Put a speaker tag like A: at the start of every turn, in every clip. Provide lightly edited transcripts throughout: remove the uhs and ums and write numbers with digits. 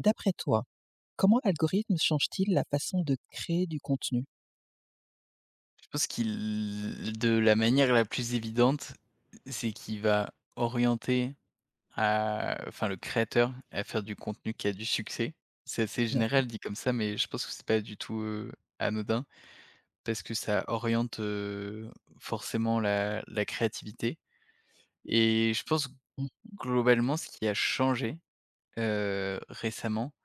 A: D'après toi, comment l'algorithme change-t-il la façon de créer du contenu?
B: Je pense qu'il de la manière la plus évidente, c'est qu'il va orienter à enfin le créateur à faire du contenu qui a du succès. C'est assez
A: D'accord.
B: général dit comme ça, mais je pense que c'est pas du tout, anodin parce que ça oriente, forcément la créativité et je pense
A: Mmh.
B: globalement ce qui a changé, récemment,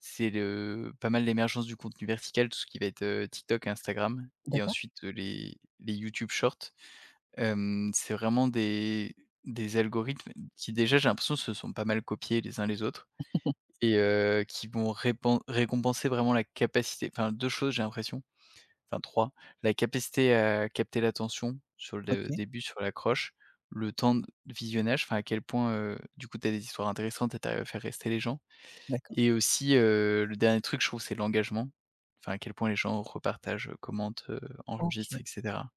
B: c'est le pas mal l'émergence du contenu vertical, tout ce qui va être, TikTok, Instagram et
A: D'accord.
B: ensuite les YouTube Shorts. C'est vraiment des algorithmes qui déjà j'ai l'impression se sont pas mal copiés les uns les autres et qui vont répen récompenser vraiment la capacité enfin 2 choses j'ai l'impression, enfin 3 la capacité à capter l'attention sur le
A: OK.
B: début, sur l'accroche, le temps de visionnage, enfin à quel point, du coup tu as des histoires intéressantes et tu à faire rester les gens
A: D'accord.
B: et aussi, le dernier truc je trouve c'est l'engagement, enfin à quel point les gens repartagent, commentent, enregistrent
A: OK.
B: et cetera.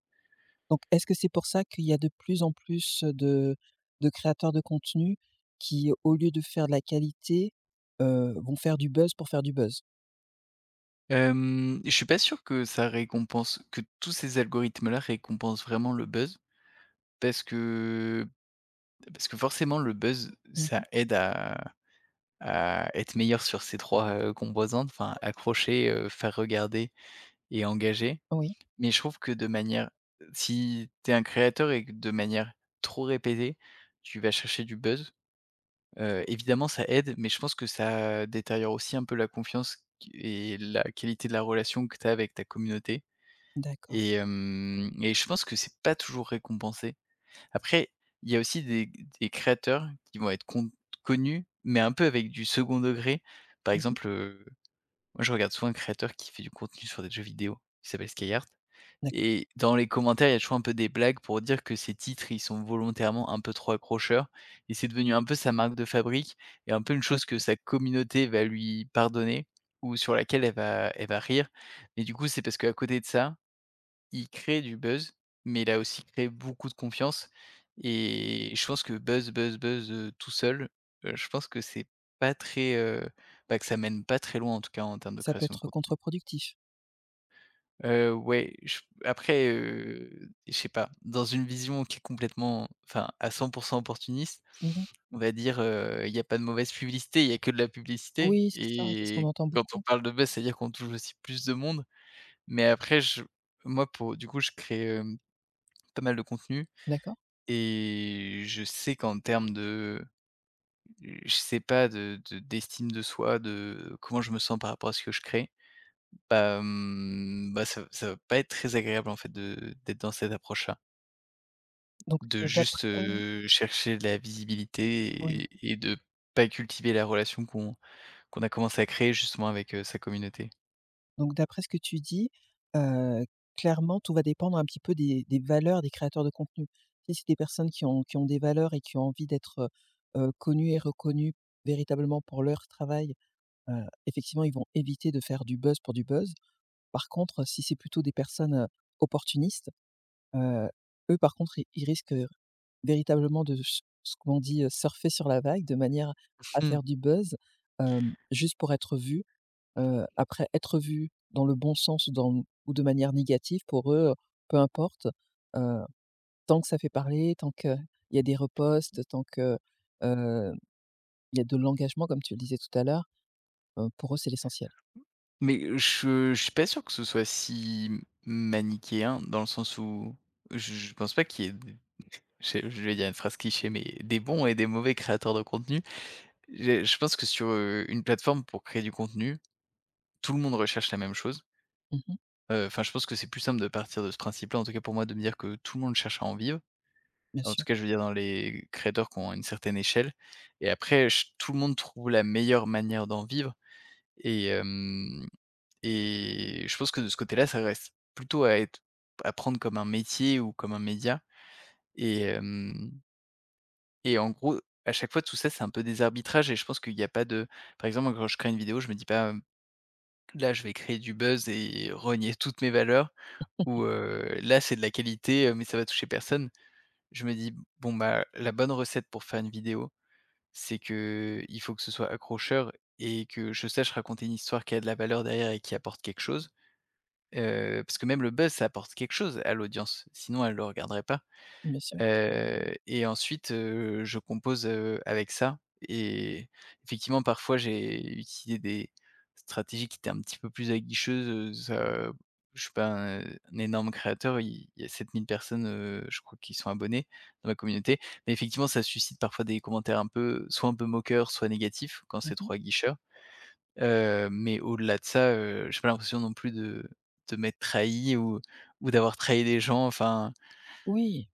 A: Donc est-ce que c'est pour ça qu'il y a de plus en plus de créateurs de contenu qui, au lieu de faire de la qualité, vont faire du buzz pour faire du buzz?
B: Je suis pas sûr que ça récompense que tous ces algorithmes-là récompensent vraiment le buzz, parce que parce que forcément le buzz, ça
A: Mmh.
B: aide à être meilleur sur ces 3 composantes, enfin accrocher, faire regarder et engager.
A: Oui,
B: Mais je trouve que de manière si tu es un créateur et que de manière trop répétée, tu vas chercher du buzz, évidemment ça aide, mais je pense que ça détériore aussi un peu la confiance et la qualité de la relation que tu as avec ta communauté.
A: d'accord.
B: Et je pense que c'est pas toujours récompensé. Après, il y a aussi des créateurs qui vont être connus, mais un peu avec du second degré. Par
A: Mmh.
B: exemple, moi je regarde souvent un créateur qui fait du contenu sur des jeux vidéo, qui s'appelle Skyheart,
A: D'accord,
B: et dans les commentaires, il y a toujours un peu des blagues pour dire que ses titres, ils sont volontairement un peu trop accrocheurs, et c'est devenu un peu sa marque de fabrique et un peu une chose que
A: OK.
B: sa communauté va lui pardonner ou sur laquelle elle va rire. Mais du coup, c'est parce qu'à côté de ça il crée du buzz, mais il a aussi créé beaucoup de confiance, et je pense que buzz, buzz, buzz, tout seul, je pense que c'est pas très, bah, que ça mène pas très loin en tout cas en termes de
A: Ça peut
B: création de
A: être
B: contenu.
A: contre-productif.
B: Ouais, je après, je sais pas, dans une vision qui est complètement enfin à 100 opportuniste,
A: Mmh.
B: on va dire, il y a pas de mauvaise publicité, il y a que de la publicité
A: Oui, c'est ça, c'est ce qu'on
B: et
A: entend
B: quand on
A: beaucoup.
B: parle de buzz, c'est à dire qu'on touche aussi plus de monde. Mais après je moi pour du coup je crée, pas mal de contenu.
A: D'accord.
B: Et je sais qu'en termes de je sais pas, de d'estime de soi, de comment je me sens par rapport à ce que je crée, bah, mmh, bah, ça va pas être très agréable, en fait, de d'être dans cette approche-là.
A: Donc
B: De juste,
A: d'après
B: chercher de la visibilité
A: Oui.
B: et de pas cultiver la relation qu'on a commencé à créer justement avec, sa communauté.
A: Donc d'après ce que tu dis, heu, clairement, tout va dépendre un petit peu des valeurs des créateurs de contenu. Si c'est des personnes qui ont des valeurs et qui ont envie d'être, connues et reconnues véritablement pour leur travail, effectivement, ils vont éviter de faire du buzz pour du buzz. Par contre, si c'est plutôt des personnes, opportunistes, heu, eux, par contre, ils risquent, véritablement de s ce qu'on dit, surfer sur la vague de manière à faire du buzz, juste pour être vus. Après, être vu dans le bon sens ou dans ou de manière négative pour eux, peu importe, heu, tant que ça fait parler, tant qu'il y a des reposts, tant que, heu, il y a de l'engagement comme tu le disais tout à l'heure, pour eux c'est l'essentiel.
B: Mais je suis pas sûr que ce soit si manichéen dans le sens où je pense pas qu'il y ait d je vais dire une phrase cliché, mais des bons et des mauvais créateurs de contenu. Je pense que sur, une plateforme pour créer du contenu, tout le monde recherche la même chose.
A: Mmh.
B: Enfin, je pense que c'est plus simple de partir de ce principe-là, en tout cas pour moi, de me dire que tout le monde cherche à en vivre.
A: Bien
B: En tout
A: sûr.
B: cas, je veux dire dans les créateurs qui ont une certaine échelle et après ch tout le monde trouve la meilleure manière d'en vivre et. Et je pense que de ce côté-là, ça reste plutôt à être à prendre comme un métier ou comme un média et hem et en gros, à chaque fois, tout ça, c'est un peu des arbitrages et je pense qu'il y a pas de par exemple, quand je crée une vidéo, je me dis pas, hem: «Là, je vais créer du buzz et renier toutes mes valeurs» ou: «Là, c'est de la qualité, mais ça va toucher personne». Je me dis: «Bon, bah, la bonne recette pour faire une vidéo, c'est qu'il faut que ce soit accrocheur et que je sache raconter une histoire qui a de la valeur derrière et qui apporte quelque chose». Parce que même le buzz, ça apporte quelque chose à l'audience, sinon elle le regarderait pas.
A: Bien sûr.
B: Et ensuite, je compose, avec ça et effectivement, parfois, j'ai utilisé des stratégies qui étaient un petit peu plus aguicheuses, je suis pas un énorme créateur, il y a 7 000 personnes, je crois, qui sont abonnées dans ma communauté. Mais effectivement, ça suscite parfois des commentaires un peu soit un peu moqueurs, soit négatifs quand c'est
A: Mmh.
B: trop aguicheur. Mais au-delà de ça, j'ai pas l'impression non plus de m'être trahi ou d'avoir trahi des gens. Enfin,
A: Oui,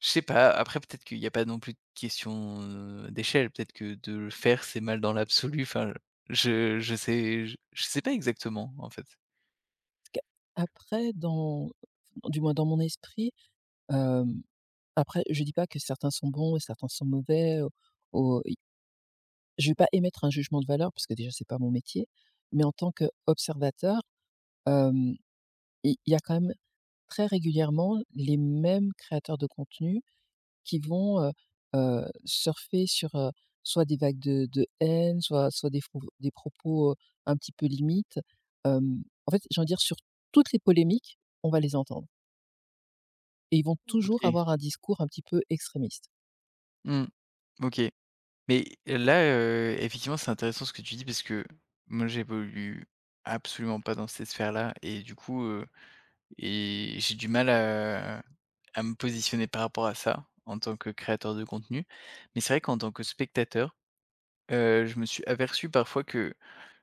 B: je sais pas, après peut-être qu'il y a pas non plus de question, d'échelle. Peut-être que de le faire, c'est mal dans l'absolu. Enfin, je sais je sais pas exactement, en fait.
A: parce qu'après dans enfin, du moins dans mon esprit, hem, après je dis pas que certains sont bons et certains sont mauvais, au i je vais pas émettre un jugement de valeur parce que déjà c'est pas mon métier, mais en tant qu'observateur, hem, il y a quand même très régulièrement les mêmes créateurs de contenu qui vont, surfer sur, soit des vagues de haine, soit des propos, un petit peu limites. En fait, j'ai envie de dire sur toutes les polémiques, on va les entendre et ils vont toujours
B: OK.
A: avoir un discours un petit peu extrémiste.
B: Mmh. OK. Mais là, effectivement, c'est intéressant ce que tu dis parce que moi, j'évolue absolument pas dans cette sphère-là et du coup, et j'ai du mal à me positionner par rapport à ça, en tant que créateur de contenu. Mais c'est vrai qu'en tant que spectateur, je me suis aperçu parfois que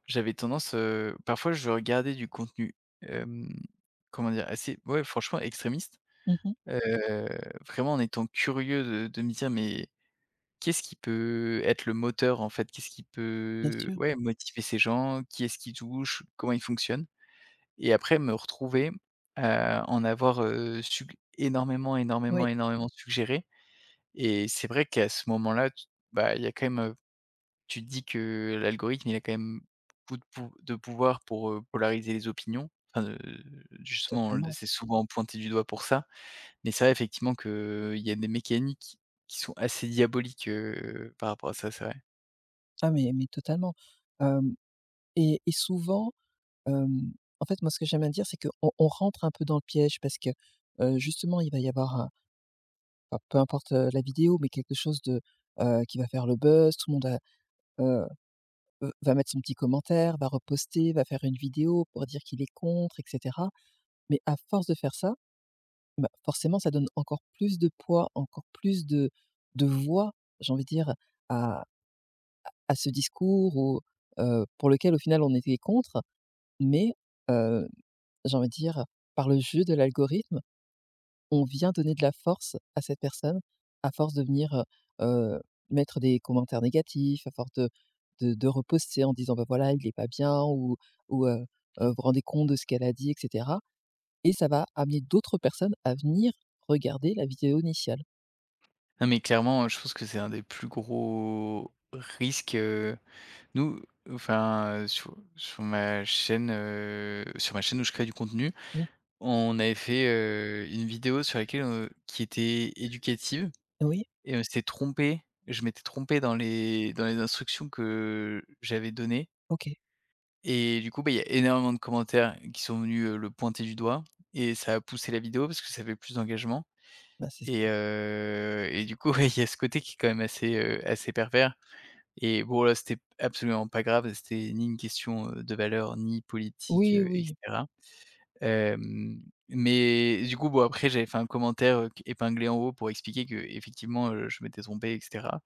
B: j'avais tendance, parfois je regardais du contenu, hem, comment dire? Assez ouais, franchement extrémiste,
A: Mmh.
B: heu, vraiment en étant curieux de me dire: «Mais qu'est-ce qui peut être le moteur, en fait? Qu'est-ce qui
A: Bien
B: peut,
A: sûr,
B: ouais, motiver ces gens? Qui est-ce qui touche, comment ils fonctionnent ?» Et après me retrouver, heu, en avoir, sug énormément,
A: oui,
B: énormément, énormément suggéré et c'est vrai qu'à ce moment-là, tu bah, il y a quand même, tu te dis que l'algorithme, il a quand même beaucoup de pouvoir pour, polariser les opinions. Enfin, justement, l
A: totalement.
B: c'est souvent pointé du doigt pour ça. Mais c'est vrai effectivement qu'il y a des mécaniques qui sont assez diaboliques, par rapport à ça, c'est vrai.
A: Ah, mais totalement. Hem Et souvent, hem, en fait, moi, ce que j'aime à dire, c'est qu'on on rentre un peu dans le piège parce que, justement, il va y avoir un enfin, peu importe, la vidéo, mais quelque chose de, qui va faire le buzz, tout le monde. Heu, v Va mettre son petit commentaire, va reposter, va faire une vidéo pour dire qu'il est contre et cetera. Mais à force de faire ça, bah, forcément, ça donne encore plus de poids, encore plus de voix, j'ai envie de dire, à à ce discours ou pour lequel au final on était contre. Mais, heu, j'ai envie de dire, par le jeu de l'algorithme, on vient donner de la force à cette personne, à force de venir, mettre des commentaires négatifs, à force de reposter en disant: «Bah, voilà, il est pas bien» ou ou:
B: Mmh.
A: «Vous vous rendez compte de ce qu'elle a dit?» et cetera, et ça va amener d'autres personnes à venir regarder la vidéo initiale.
B: Non mais clairement, je pense que c'est un des plus gros risques. Nous, enfin, sur ma chaîne, sur ma chaîne où je crée du contenu,
A: Mmh.
B: on avait fait, une vidéo sur laquelle, qui était éducative
A: Oui,
B: et on s'était trompé. Je m'étais trompé dans les instructions que j'avais données
A: OK.
B: et du coup, bah, il y a énormément de commentaires qui sont venus, le pointer du doigt et ça a poussé la vidéo parce que ça avait plus d'engagement
A: Bah, c'est
B: et
A: ça.
B: heu et du coup, ouais, il y a ce côté qui est quand même assez, assez pervers et bon là, c'était absolument pas grave, c'était ni une question, de valeur, ni politique,
A: Oui,
B: et
A: oui.
B: cetera. Hem, mais du coup, bon après j'avais fait un commentaire, q épinglé en haut pour expliquer qu'effectivement, je m'étais trompé, et cetera.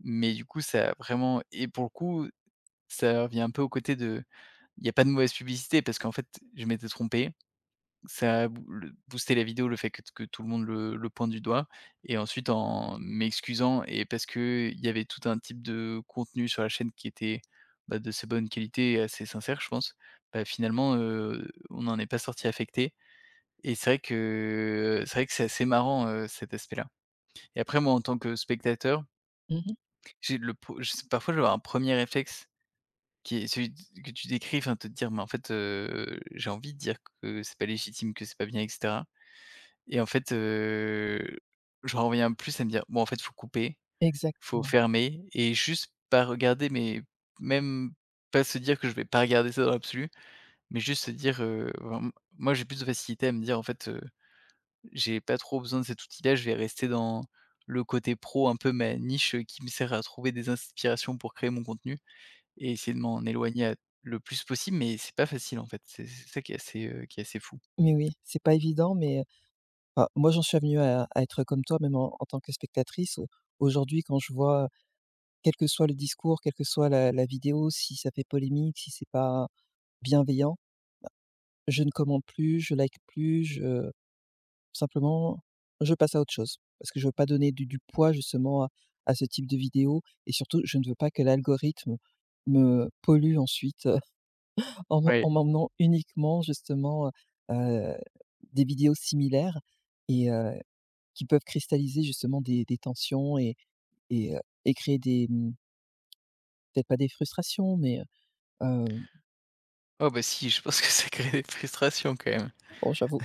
B: Mais du coup, ça a vraiment et pour le coup, ça revient un peu au côté de il y a pas de mauvaise publicité parce qu'en fait, je m'étais trompé, ça a bou le boosté la vidéo, le fait que tout le monde le pointe du doigt et ensuite en m'excusant et parce que il y avait tout un type de contenu sur la chaîne qui était, bah, de ces bonnes qualités et assez sincère, je pense. Bah, finalement, on n'en est pas sorti affecté et c'est vrai que c'est assez marrant, cet aspect-là et après moi, en tant que spectateur,
A: Mmh.
B: j'ai le pro je sais parfois, je vais avoir un premier réflexe qui est celui que tu décris, enfin, te dire: «Mais en fait, j'ai envie de dire que c'est pas légitime, que c'est pas bien etc et en fait, je j'en reviens plus à me dire: «Bon, en fait, faut couper, faut
A: Exactement.
B: fermer et juste pas regarder», mais même pas se dire que je vais pas regarder ça dans l'absolu, mais juste se dire, vraiment moi, j'ai plus de facilité à me dire: «En fait, j'ai pas trop besoin de cet outil-là, je vais rester dans le côté pro, un peu ma niche, qui me sert à trouver des inspirations pour créer mon contenu et essayer de m'en éloigner à le plus possible», mais c'est pas facile, en fait. C'est ça qui est assez fou.
A: Mais oui, c'est pas évident, mais, enfin, moi, j'en suis venue à être comme toi, même en tant que spectatrice. Au Aujourd'hui, quand je vois, quel que soit le discours, quelle que soit la vidéo, si ça fait polémique, si c'est pas bienveillant, je ne commente plus, je like plus, je simplement, je passe à autre chose. Parce que je veux pas donner du poids justement à ce type de vidéo et surtout, je ne veux pas que l'algorithme me pollue ensuite, en
B: Ouais.
A: m'emmenant uniquement justement, heu des vidéos similaires et qui peuvent cristalliser justement des tensions et heu, et créer des, peut-être pas des frustrations, mais heu.
B: Oh, bah, si, je pense que ça crée des frustrations quand même.
A: Bon, j'avoue.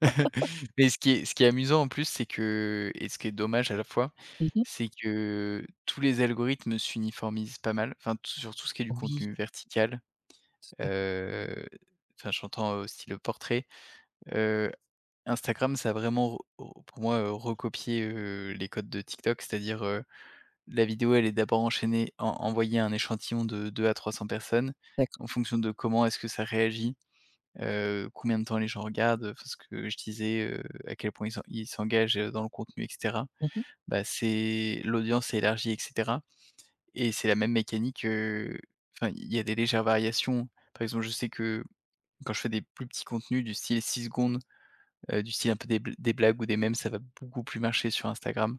B: Mais ce qui est amusant en plus, c'est que, et ce qui est dommage à la fois,
A: Mmh mh.
B: c'est que tous les algorithmes s'uniformisent pas mal, enfin tout ce qui est du
A: Oui,
B: contenu vertical,
A: tout à fait.
B: heu, enfin j'entends, style portrait. Heu, Instagram, ça a vraiment re re pour moi, recopié, les codes de TikTok, c'est-à-dire, la vidéo, elle est d'abord enchaînée en envoyée à un échantillon de 200 à 300 personnes,
A: D'accord.
B: en fonction de comment est-ce que ça réagit, combien de temps les gens regardent, enfin ce que je disais, à quel point ils s'engagent, dans le contenu et cetera.
A: Mmh mh.
B: Bah, c'est l'audience s'est élargie et cetera et c'est la même mécanique, enfin il y a des légères variations. Par exemple, je sais que quand je fais des plus petits contenus du style 6 secondes, du style un peu des blagues ou des mèmes, ça va beaucoup plus marcher sur Instagram.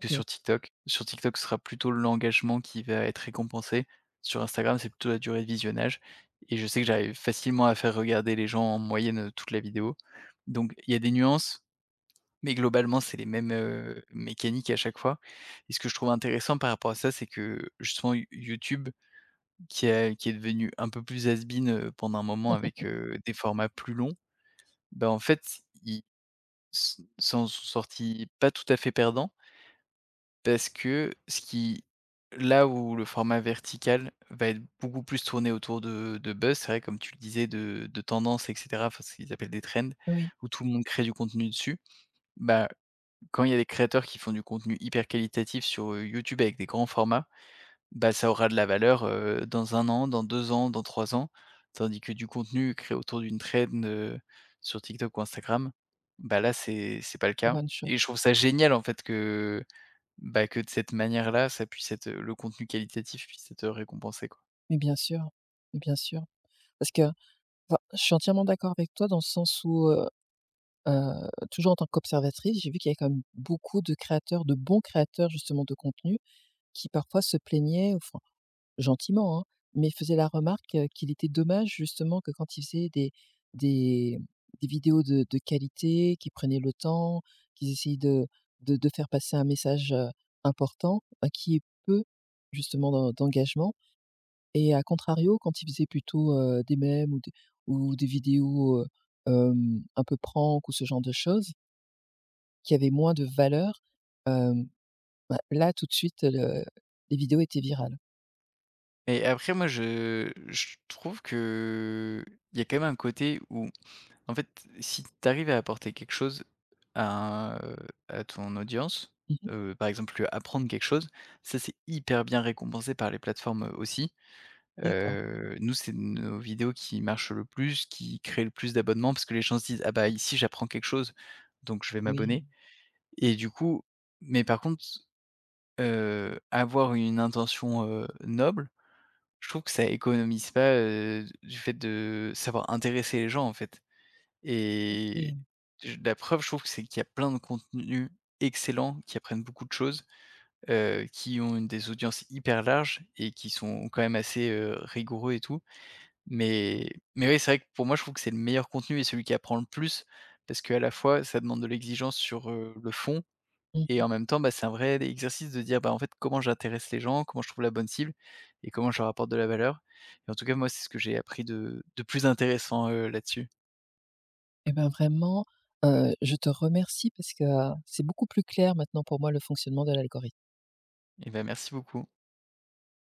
B: Que
A: OK.
B: sur TikTok. Sur TikTok, ce sera plutôt l'engagement qui va être récompensé. Sur Instagram, c'est plutôt la durée de visionnage et je sais que j'arrive facilement à faire regarder les gens en moyenne, toute la vidéo. Donc il y a des nuances, mais globalement, c'est les mêmes, mécaniques à chaque fois et ce que je trouve intéressant par rapport à ça, c'est que justement YouTube, qui est devenu un peu plus has-been, pendant un moment
A: Mmh
B: avec,
A: mh.
B: des formats plus longs, bah, en fait, ils s'en sont sortis pas tout à fait perdants. Parce que ce qui Là où le format vertical va être beaucoup plus tourné autour de buzz, c'est vrai, comme tu le disais, de tendances et cetera, enfin ce qu'ils appellent des trends,
A: Oui,
B: où tout le monde crée du contenu dessus. Bah, quand il y a des créateurs qui font du contenu hyper qualitatif sur, YouTube avec des grands formats, bah, ça aura de la valeur, dans un an, dans 2 ans, dans 3 ans. Tandis que du contenu créé autour d'une trend, sur TikTok ou Instagram, bah, là c'est pas le cas.
A: one shot.
B: Et je trouve ça génial en fait que, bah, que de cette manière-là, ça puisse être, le contenu qualitatif puisse être récompensé, quoi.
A: Mais bien sûr, mais bien sûr. Parce que enfin, je suis entièrement d'accord avec toi dans le sens où, toujours en tant qu'observatrice, j'ai vu qu'il y avait quand même beaucoup de créateurs, de bons créateurs justement de contenu qui parfois se plaignaient ou fran gentiment, hein, mais faisait la remarque, qu'il était dommage justement que quand il faisait des des vidéos de qualité, qu'ils prenaient le temps, qu'ils essayent de faire passer un message, important, qui est peu justement d'engagement et à contrario, quand il faisait plutôt, des mèmes ou des vidéos, un peu prank ou ce genre de choses, qui avaient moins de valeur, hem, bah, là tout de suite, le les vidéos étaient virales.
B: Et après, moi, je trouve que il y a quand même un côté où, en fait, si tu arrives à apporter quelque chose à, heu, à ton audience,
A: Mmh,
B: par exemple, apprendre quelque chose, ça, c'est hyper bien récompensé par les plateformes, aussi.
A: d'accord,
B: Nous, c'est nos vidéos qui marchent le plus, qui créent le plus d'abonnements parce que les gens se disent: «Ah bah, ici j'apprends quelque chose, donc je vais
A: oui,
B: m'abonner». Et du coup, mais par contre, avoir une intention, noble, je trouve que ça économise pas, du fait de savoir intéresser les gens, en fait. Et
A: OK.
B: j la preuve, je trouve que c'est qu'il y a plein de contenus excellents qui apprennent beaucoup de choses, qui ont une des audiences hyper larges et qui sont quand même assez, rigoureux et tout. Mais oui, c'est vrai que pour moi, je trouve que c'est le meilleur contenu et celui qui apprend le plus, parce qu'à la fois, ça demande de l'exigence sur, le fond et
A: Mmh.
B: en même temps, bah, c'est un vrai exercice de dire, bah, en fait, comment j'intéresse les gens, comment je trouve la bonne cible et comment je leur apporte de la valeur. Et en tout cas, moi, c'est ce que j'ai appris de plus intéressant, là-dessus.
A: Et ben, vraiment, je te remercie parce que, c'est beaucoup plus clair maintenant pour moi le fonctionnement de l'algorithme.
B: Et ben, merci beaucoup.